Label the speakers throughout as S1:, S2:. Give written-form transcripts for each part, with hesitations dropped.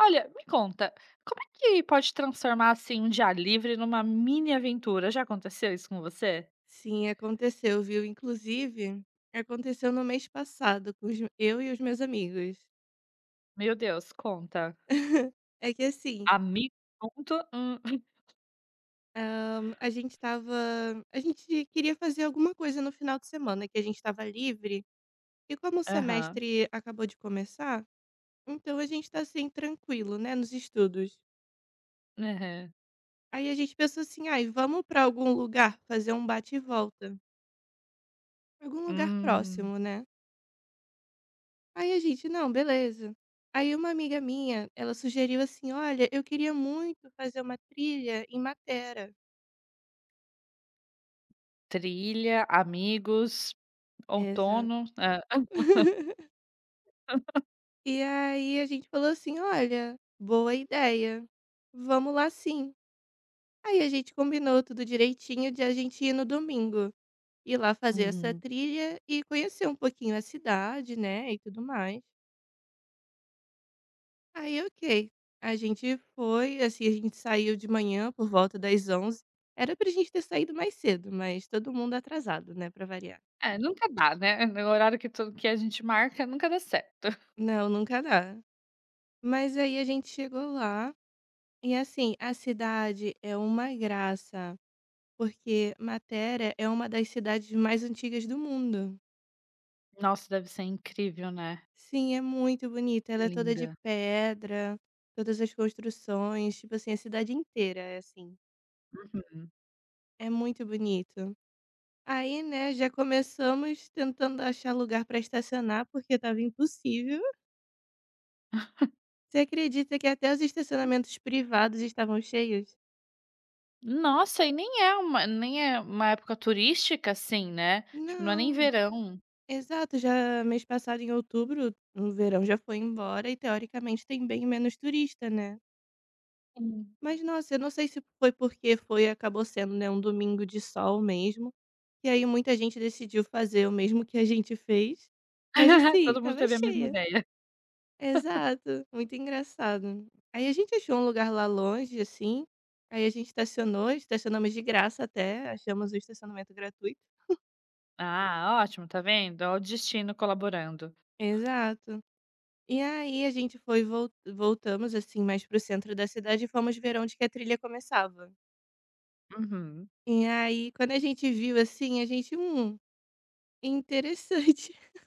S1: Olha, me conta, como é que pode transformar, assim, um dia livre numa mini aventura? Já aconteceu isso com você?
S2: Sim, aconteceu, viu? Inclusive, aconteceu no mês passado com os m eu e os meus amigos.
S1: Meu Deus, conta.
S2: É que assim,
S1: Amigo junto? Hum.
S2: a gente queria fazer alguma coisa no final de semana que a gente estava livre, e como o
S1: Aham,
S2: semestre acabou de começar, então a gente tá, assim, tranquilo, né, nos estudos.
S1: aham.
S2: Aí a gente pensou assim: "Ai, vamos pra algum lugar fazer um bate e volta", algum lugar
S1: Hum,
S2: próximo, né. Aí a gente: "Não, beleza". Aí uma amiga minha, ela sugeriu assim: "Olha, eu queria muito fazer uma trilha em Matera".
S1: trilha, amigos,
S2: Exato.
S1: outono. Hã.
S2: E aí a gente falou assim: "Olha, boa ideia, vamos lá sim". Aí a gente combinou tudo direitinho de a gente ir no domingo, ir lá fazer essa
S1: Uhum.
S2: trilha e conhecer um pouquinho a cidade, né, e tudo mais. Aí ok. A gente foi, assim, a gente saiu de manhã por volta das 11. H Era pra gente ter saído mais cedo, mas todo mundo atrasado, né, pra variar.
S1: É, nunca dá, né, no horário que tudo que a gente marca nunca dá certo.
S2: Não, nunca dá. Mas aí a gente chegou lá e, assim, a cidade é uma graça, porque Matera é uma das cidades mais antigas do mundo.
S1: Nossa, deve ser incrível, né.
S2: Sim, é muito bonita. Ela é toda de
S1: Linda.
S2: pedra, todas as construções, tipo assim, a cidade inteira é assim.
S1: Uhum.
S2: É muito bonito. Aí, né, já começamos tentando achar lugar para estacionar, porque estava impossível. Você acredita que até os estacionamentos privados estavam cheios?
S1: Nossa, e nem é uma época turística, assim, né, tipo, não é nem
S2: Não.
S1: verão.
S2: Exato, já mês passado em outubro, o verão já foi embora e teoricamente tem bem menos turista, né?
S1: Sim.
S2: Mas nossa, eu não sei se foi porque foi acabou sendo, né, um domingo de sol mesmo, e aí muita gente decidiu fazer o mesmo que a gente fez. Mas assim,
S1: Todo mundo
S2: tava
S1: teve a mesma
S2: cheia.
S1: ideia.
S2: Exato, muito engraçado. Aí a gente achou um lugar lá longe, assim, aí a gente estacionou, estacionamos de graça até, achamos o estacionamento gratuito.
S1: Ah, ótimo, tá vendo? Ó, o destino colaborando.
S2: Exato. E aí a gente foi, voltamos, assim, mais pro centro da cidade e fomos ver onde que a trilha começava.
S1: Uhum.
S2: E aí, quando a gente viu, assim, a gente, interessante.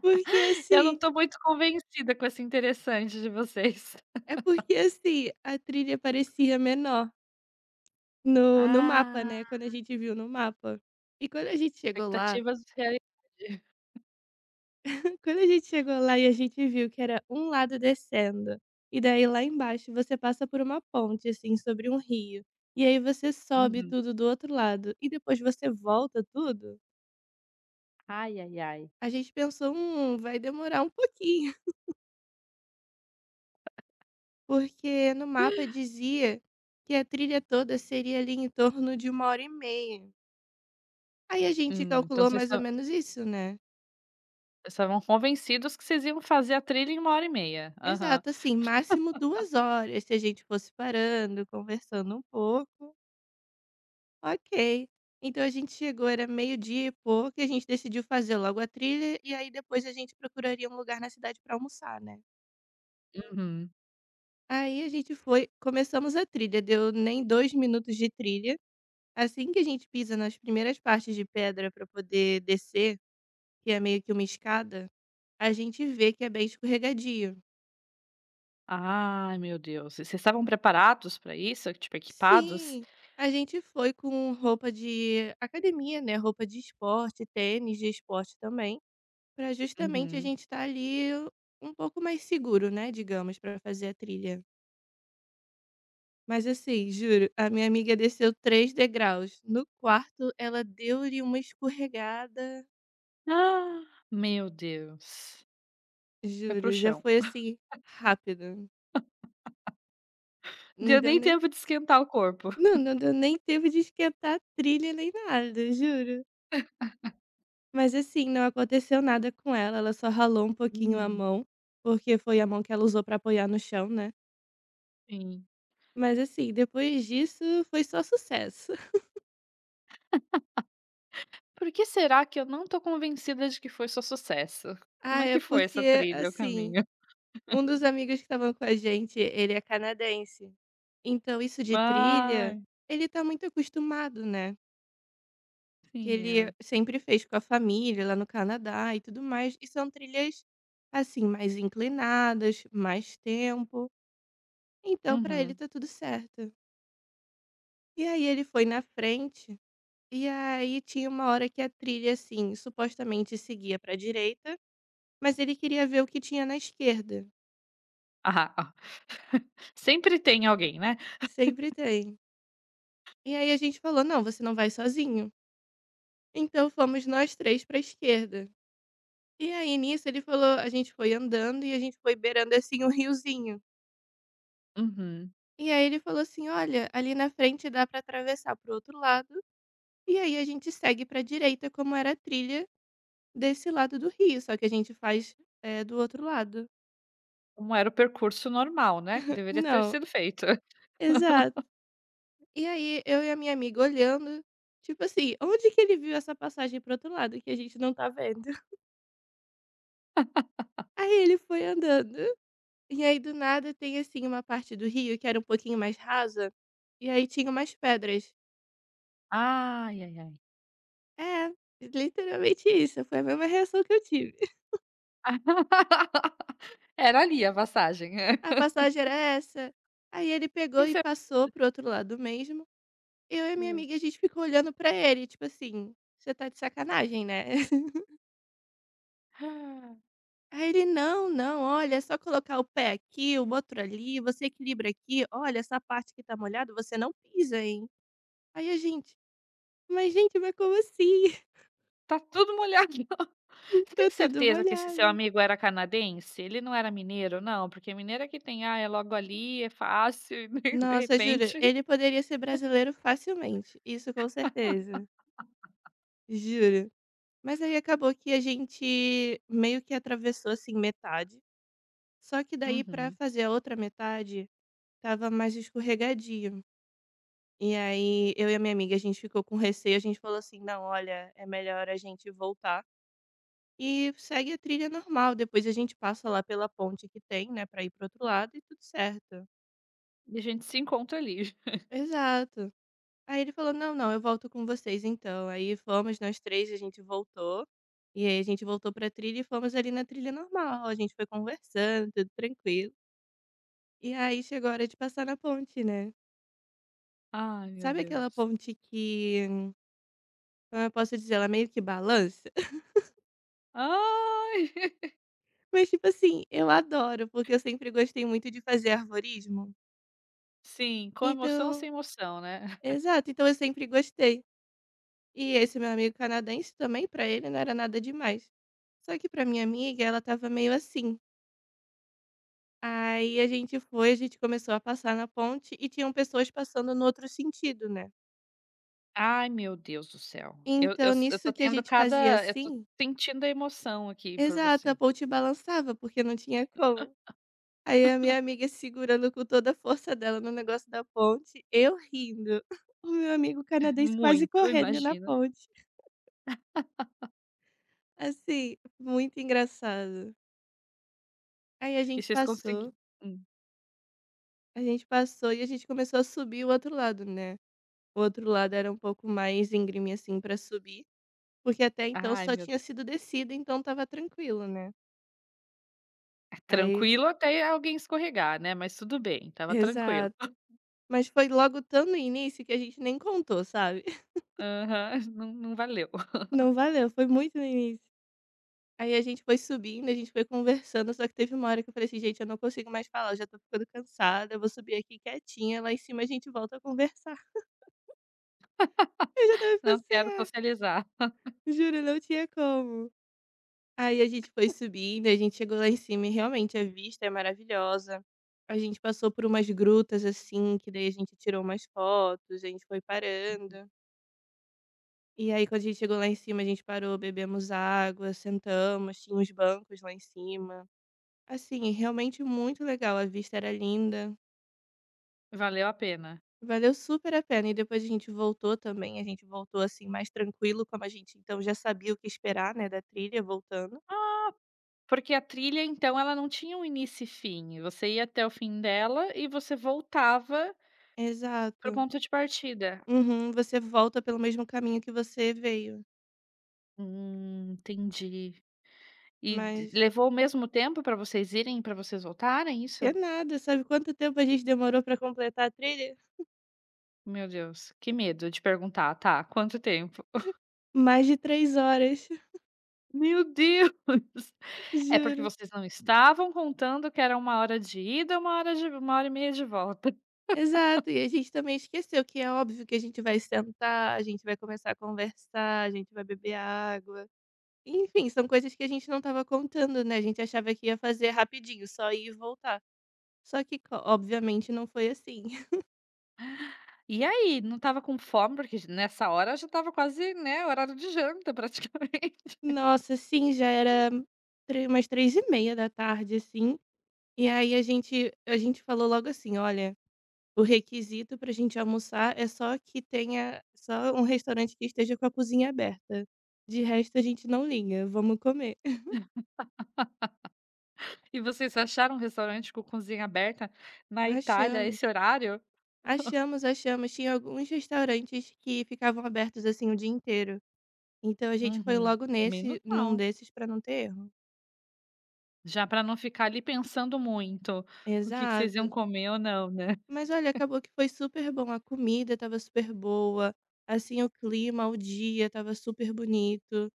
S2: Porque,
S1: Eu não
S2: assim,
S1: tô muito convencida com esse interessante de vocês.
S2: é porque, assim, a trilha parecia menor no mapa,
S1: Ah,
S2: né? Quando a gente viu no mapa. E quando a gente chegou lá,
S1: expectativas e realidade.
S2: Quando a gente chegou lá e a gente viu que era um lado descendo, e daí lá embaixo você passa por uma ponte, assim, sobre um rio, e aí você sobe
S1: Uhum.
S2: tudo do outro lado e depois você volta tudo,
S1: Ai, ai, ai.
S2: a gente pensou: vai demorar um pouquinho", porque no mapa dizia que a trilha toda seria ali em torno de 1h30. Aí a gente
S1: Então
S2: calculou
S1: vocês
S2: mais ou
S1: esta
S2: menos isso, né.
S1: estavam convencidos que vocês iam fazer a trilha em uma hora e meia. Aham.
S2: Exato, assim, máximo 2 horas, se a gente fosse parando, conversando um pouco. Ok. Então a gente chegou, era meio-dia e pouco, e a gente decidiu fazer logo a trilha, e aí depois a gente procuraria um lugar na cidade para almoçar, né.
S1: Uhum.
S2: Aí a gente foi, começamos a trilha, deu nem 2 minutos de trilha, assim que a gente pisa nas primeiras partes de pedra para poder descer, que é meio que uma escada, a gente vê que é bem escorregadio.
S1: Ai, meu Deus. E vocês estavam preparados para isso? Tipo, equipados?
S2: Sim, a gente foi com roupa de academia, né, roupa de esporte, tênis de esporte também, para justamente a
S1: Uhum.
S2: gente estar ali um pouco mais seguro, né, digamos, para fazer a trilha. Mas assim, juro, a minha amiga desceu 3 degraus. No quarto, ela deu-lhe uma escorregada,
S1: Ah, meu Deus. Foi pro
S2: juro, já
S1: chão.
S2: foi assim, rápido. Não
S1: Deu
S2: deu
S1: nem
S2: nem
S1: tempo de esquentar o corpo.
S2: não, não deu nem tempo de esquentar a trilha nem nada, juro. Mas assim, não aconteceu nada com ela, ela só ralou um pouquinho a
S1: Uhum,
S2: mão, porque foi a mão que ela usou para apoiar no chão, né.
S1: sim.
S2: Mas assim, depois disso foi só sucesso.
S1: Por que será que eu não tô convencida de que foi só sucesso?
S2: Ah,
S1: Como é
S2: é
S1: que foi essa
S2: porque,
S1: trilha, o
S2: assim,
S1: caminho?
S2: um dos amigos que estavam com a gente, ele é canadense. Então, isso de trilha,
S1: Ai,
S2: ele tá muito acostumado, né? Que
S1: sim,
S2: ele
S1: é.
S2: sempre fez com a família lá no Canadá e tudo mais. E são trilhas, assim, mais inclinadas, mais tempo. Então, pra ele
S1: Uhum.
S2: tá tudo certo. E aí ele foi na frente, e aí tinha uma hora que a trilha, assim, supostamente seguia pra direita, mas ele queria ver o que tinha na esquerda.
S1: Ah, ó. Sempre tem alguém, né.
S2: Sempre tem. E aí a gente falou: "Não, você não vai sozinho". Então fomos nós 3 para a esquerda. E aí nisso ele falou a gente foi andando e a gente foi beirando, assim, um riozinho.
S1: Uhum.
S2: E aí ele falou assim: "Olha, ali na frente dá para atravessar para o outro lado, e aí a gente segue para direita como era a trilha desse lado do rio, só que a gente faz, do outro lado".
S1: Como era o percurso normal, né, que deveria ter
S2: Não,
S1: sido feito.
S2: exato. E aí eu e a minha amiga olhando, tipo assim, onde que ele viu essa passagem para o outro lado que a gente não tá vendo? Aí ele foi andando. E aí do nada tem, assim, uma parte do rio que era um pouquinho mais rasa, e aí tinha umas pedras.
S1: Ai, ai, ai.
S2: É, literalmente isso, foi a mesma reação que eu tive.
S1: Era ali a passagem.
S2: A passagem era essa, aí ele pegou
S1: Tem
S2: e
S1: certeza.
S2: passou pro outro lado mesmo. Eu e a minha amiga, a gente ficou olhando pra ele, tipo assim: "Você tá de sacanagem, né?"
S1: Hum.
S2: Aí ele: "Não, não, olha, é só colocar o pé aqui, o outro ali, você equilibra aqui, olha, essa parte que tá molhada você não pisa, hein." Aí a gente, mas como assim?
S1: Tá tudo molhado. Você tem
S2: Tá tudo
S1: certeza que esse seu
S2: molhado."
S1: amigo era canadense? Ele não era mineiro não? Porque mineiro é que tem: "Ah, é logo ali, é fácil", e de
S2: Nossa, juro,
S1: repente.
S2: ele poderia ser brasileiro facilmente, isso com certeza, juro. Mas aí acabou que a gente meio que atravessou, assim, metade, só que daí pra
S1: Uhum.
S2: fazer a outra metade, tava mais escorregadio. E aí eu e a minha amiga, a gente ficou com receio, a gente falou assim: "Não, olha, é melhor a gente voltar e segue a trilha normal, depois a gente passa lá pela ponte que tem, né, pra ir para o outro lado e tudo certo".
S1: E a gente se encontra ali.
S2: Exato. Aí ele falou: "Não, não, eu volto com vocês então". Aí fomos nós três, a gente voltou, e aí a gente voltou pra trilha e fomos ali na trilha normal, a gente foi conversando, tudo tranquilo. E aí chegou a hora de passar na ponte, né.
S1: Ai, meu
S2: Sabe aquela
S1: Deus.
S2: ponte que, como eu posso dizer, ela meio que balança?
S1: Ai.
S2: Mas tipo assim, eu adoro, porque eu sempre gostei muito de fazer arvorismo.
S1: Sim, com emoção sem
S2: Então
S1: emoção, né.
S2: então eu sempre gostei. E esse meu amigo canadense também, pra ele não era nada demais. Só que pra minha amiga, ela estava meio assim. Aí a gente foi, a gente começou a passar na ponte e tinham pessoas passando no outro sentido, né.
S1: Ai, meu Deus do céu. Eu eu
S2: Então
S1: s eu
S2: nisso
S1: tô
S2: que a
S1: tendo
S2: gente fazia
S1: cada eu tô
S2: assim
S1: sentindo a emoção aqui por
S2: exato, a
S1: você.
S2: ponte balançava, porque não tinha como. Aí a minha amiga segurando com toda a força dela no negócio da ponte, eu rindo, o meu amigo canadense quase
S1: Muito, eu
S2: correndo na
S1: imagino.
S2: ponte. Assim, muito engraçado. Aí
S1: E vocês conseguiram? Hum.
S2: a gente passou e a gente começou a subir o outro lado, né. O outro lado era um pouco mais íngreme, assim, pra subir. Porque até então
S1: Ai,
S2: só
S1: meu.
S2: tinha sido descida, então estava tranquilo, né. Aí
S1: Tranquilo até alguém escorregar, né, mas tudo bem, estava tranquilo.
S2: exato. Mas foi logo tão no início que a gente nem contou, sabe.
S1: Aham, não valeu.
S2: Não valeu, foi muito no início. Aí a gente foi subindo, a gente foi conversando, só que teve uma hora que eu falei assim: "Gente, eu não consigo mais falar, eu já estou ficando cansada, eu vou subir aqui quietinha, lá em cima a gente volta a conversar". Eu já estava ficando
S1: Não
S2: sem
S1: quero
S2: ar,
S1: socializar.
S2: juro, não tinha como. Aí a gente foi subindo, a gente chegou lá em cima e realmente a vista é maravilhosa. A gente passou por umas grutas assim, que daí a gente tirou umas fotos, a gente foi parando. E aí quando a gente chegou lá em cima, a gente parou, bebemos água, sentamos, tinha uns bancos lá em cima. Assim, realmente muito legal, a vista era linda.
S1: Valeu a pena.
S2: Valeu super a pena. E depois a gente voltou também, a gente voltou assim mais tranquilo, como a gente então já sabia o que esperar, né, da trilha voltando.
S1: Porque a trilha, então, ela não tinha um início e fim, você ia até o fim dela e você voltava pro
S2: Exato.
S1: ponto de partida.
S2: Uhum, você volta pelo mesmo caminho que você veio.
S1: Entendi. E d
S2: Mas
S1: levou o mesmo tempo para vocês irem para vocês voltarem,
S2: que é
S1: isso?
S2: nada, sabe quanto tempo a gente demorou pra completar a trilha?
S1: Meu Deus, que medo de perguntar, tá, quanto tempo?
S2: Mais de 3 horas,
S1: Meu Deus! É porque
S2: juro.
S1: vocês não estavam contando que era uma hora de ida, uma hora de uma hora e meia de volta.
S2: Exato, e a gente também esqueceu que é óbvio que a gente vai sentar, a gente vai começar a conversar, a gente vai beber água. Enfim, são coisas que a gente não estava contando, né, a gente achava que ia fazer rapidinho, só ir e voltar. Só que co obviamente não foi assim.
S1: E aí, não estava com fome? Porque nessa hora já estava quase, né, horário de janta praticamente.
S2: Nossa, sim, já era tre umas 15h30, assim. E aí a gente falou logo assim: "Olha, o requisito pra gente almoçar é só que tenha só um restaurante que esteja com a cozinha aberta. De resto a gente não liga, vamos comer".
S1: E vocês acharam um restaurante com cozinha aberta na Itália a
S2: Achamos,
S1: esse horário?
S2: achamos, achamos. Tinha alguns restaurantes que ficavam abertos, assim, o dia inteiro. Então a gente foi
S1: Uhum.
S2: logo
S1: Menos
S2: nesse num
S1: mal.
S2: desses pra não ter erro.
S1: Já para não ficar ali pensando muito o que que vocês iam
S2: Exato.
S1: comer ou não, né.
S2: Mas olha, acabou que foi super bom. A comida estava super boa, assim, o clima, o dia estava super bonito.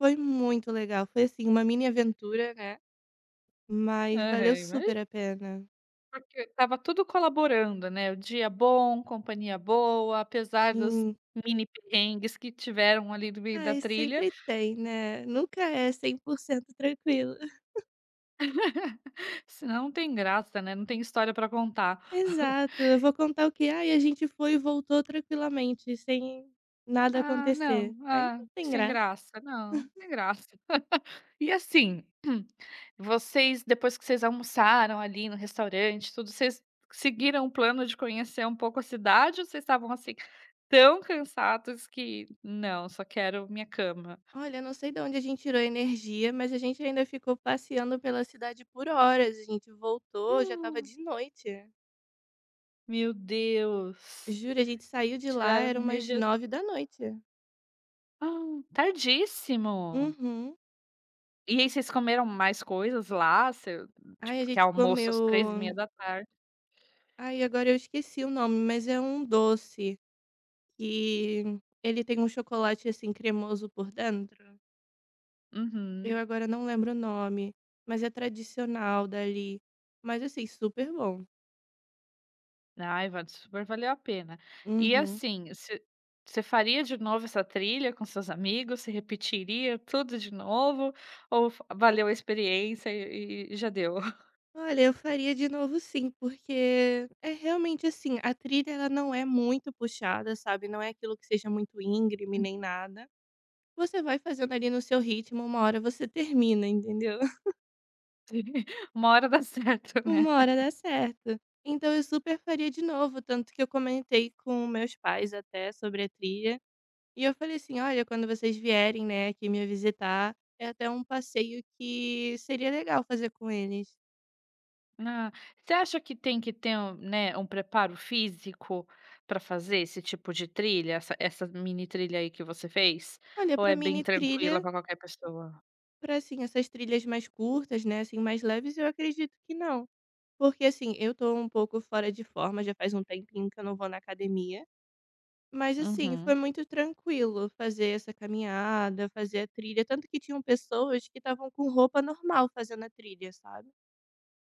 S2: Foi muito legal, foi assim, uma mini aventura, né, mas valeu
S1: Aham, imagi
S2: super a pena.
S1: Porque estava tudo colaborando, né, o dia bom, companhia boa, apesar dos
S2: Sim.
S1: mini perrengues que tiveram ali no meio da
S2: Ai,
S1: trilha,
S2: sempre tem, né, nunca é 100% tranquilo.
S1: senão não tem graça, né, não tem história para contar.
S2: Exato, eu vou contar o que: "Ai, a gente foi e voltou tranquilamente, sem nada
S1: "Ah,
S2: acontecer",
S1: não,
S2: aí
S1: ah,
S2: não tem
S1: sem
S2: graça.
S1: graça, não, sem graça". E assim, vocês depois que vocês almoçaram ali no restaurante, tudo, vocês seguiram o plano de conhecer um pouco a cidade ou vocês estavam, assim, tão cansados que: "Não, só quero minha cama"?
S2: Olha, não sei de onde a gente tirou a energia, mas a gente ainda ficou passeando pela cidade por horas, a gente voltou, já estava de noite.
S1: Meu Deus,
S2: Juro, a gente saiu de lá,
S1: tiraram a
S2: era umas
S1: energia.
S2: 21h.
S1: Reje Tardíssimo.
S2: Uhum.
S1: E aí vocês comeram mais coisas lá?
S2: Ai, a
S1: Porque
S2: gente
S1: almoço às
S2: comeu,
S1: 15:30.
S2: ai, agora eu esqueci o nome, mas é um doce que ele tem um chocolate, assim, cremoso por dentro. Eu
S1: Uhum.
S2: agora não lembro o nome, mas é tradicional dali. Mas, assim, super bom.
S1: Ai, valeu a pena. E
S2: Uhum.
S1: assim, você faria de novo essa trilha com seus amigos? Você repetiria tudo de novo? Ou valeu a experiência e já deu?
S2: Olha, eu faria de novo sim, porque é realmente assim, a trilha ela não é muito puxada, sabe, não é aquilo que seja muito íngreme nem nada. Você vai fazendo ali no seu ritmo, uma hora você termina, entendeu?
S1: Uma hora dá certo, né?
S2: Uma hora dá certo. Então eu super faria de novo, tanto que eu comentei com meus pais até sobre a trilha, e eu falei assim: "Olha, quando vocês vierem, né, aqui me visitar, é até um passeio que seria legal fazer com eles".
S1: Ah, você acha que tem que ter um, né, um preparo físico para fazer esse tipo de trilha, essa mini trilha aí que você fez?
S2: Olha,
S1: Ou
S2: pra
S1: é bem
S2: mini
S1: tranquila
S2: trilha,
S1: para qualquer pessoa?
S2: pra, assim, essas trilhas mais curtas, né, assim, mais leves, eu acredito que não. Porque, assim, eu tô um pouco fora de forma, já faz um tempinho que eu não vou na academia. Mas assim, foi
S1: Uhum.
S2: muito tranquilo fazer essa caminhada, fazer a trilha, tanto que tinham pessoas que estavam com roupa normal fazendo a trilha, sabe.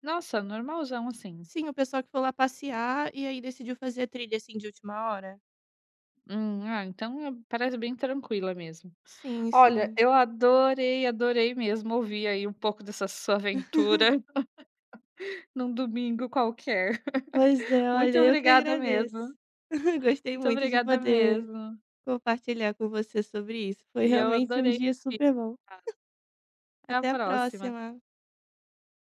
S1: Nossa, normalzão assim.
S2: Sim, o pessoal que foi lá passear e aí decidiu fazer a trilha, assim, de última hora.
S1: Ah, então parece bem tranquila mesmo.
S2: Sim,
S1: Olha,
S2: sim.
S1: eu adorei, adorei mesmo ouvir aí um pouco dessa sua aventura num domingo qualquer.
S2: Pois é, olha,
S1: Muito
S2: eu que
S1: obrigada
S2: agradeço.
S1: mesmo.
S2: Gostei
S1: Muito
S2: muito de
S1: obrigada
S2: poder
S1: mesmo.
S2: compartilhar com você sobre isso, foi
S1: E eu
S2: realmente um
S1: adorei.
S2: dia super bom.
S1: Tá? Até a
S2: Até a
S1: próxima.
S2: próxima.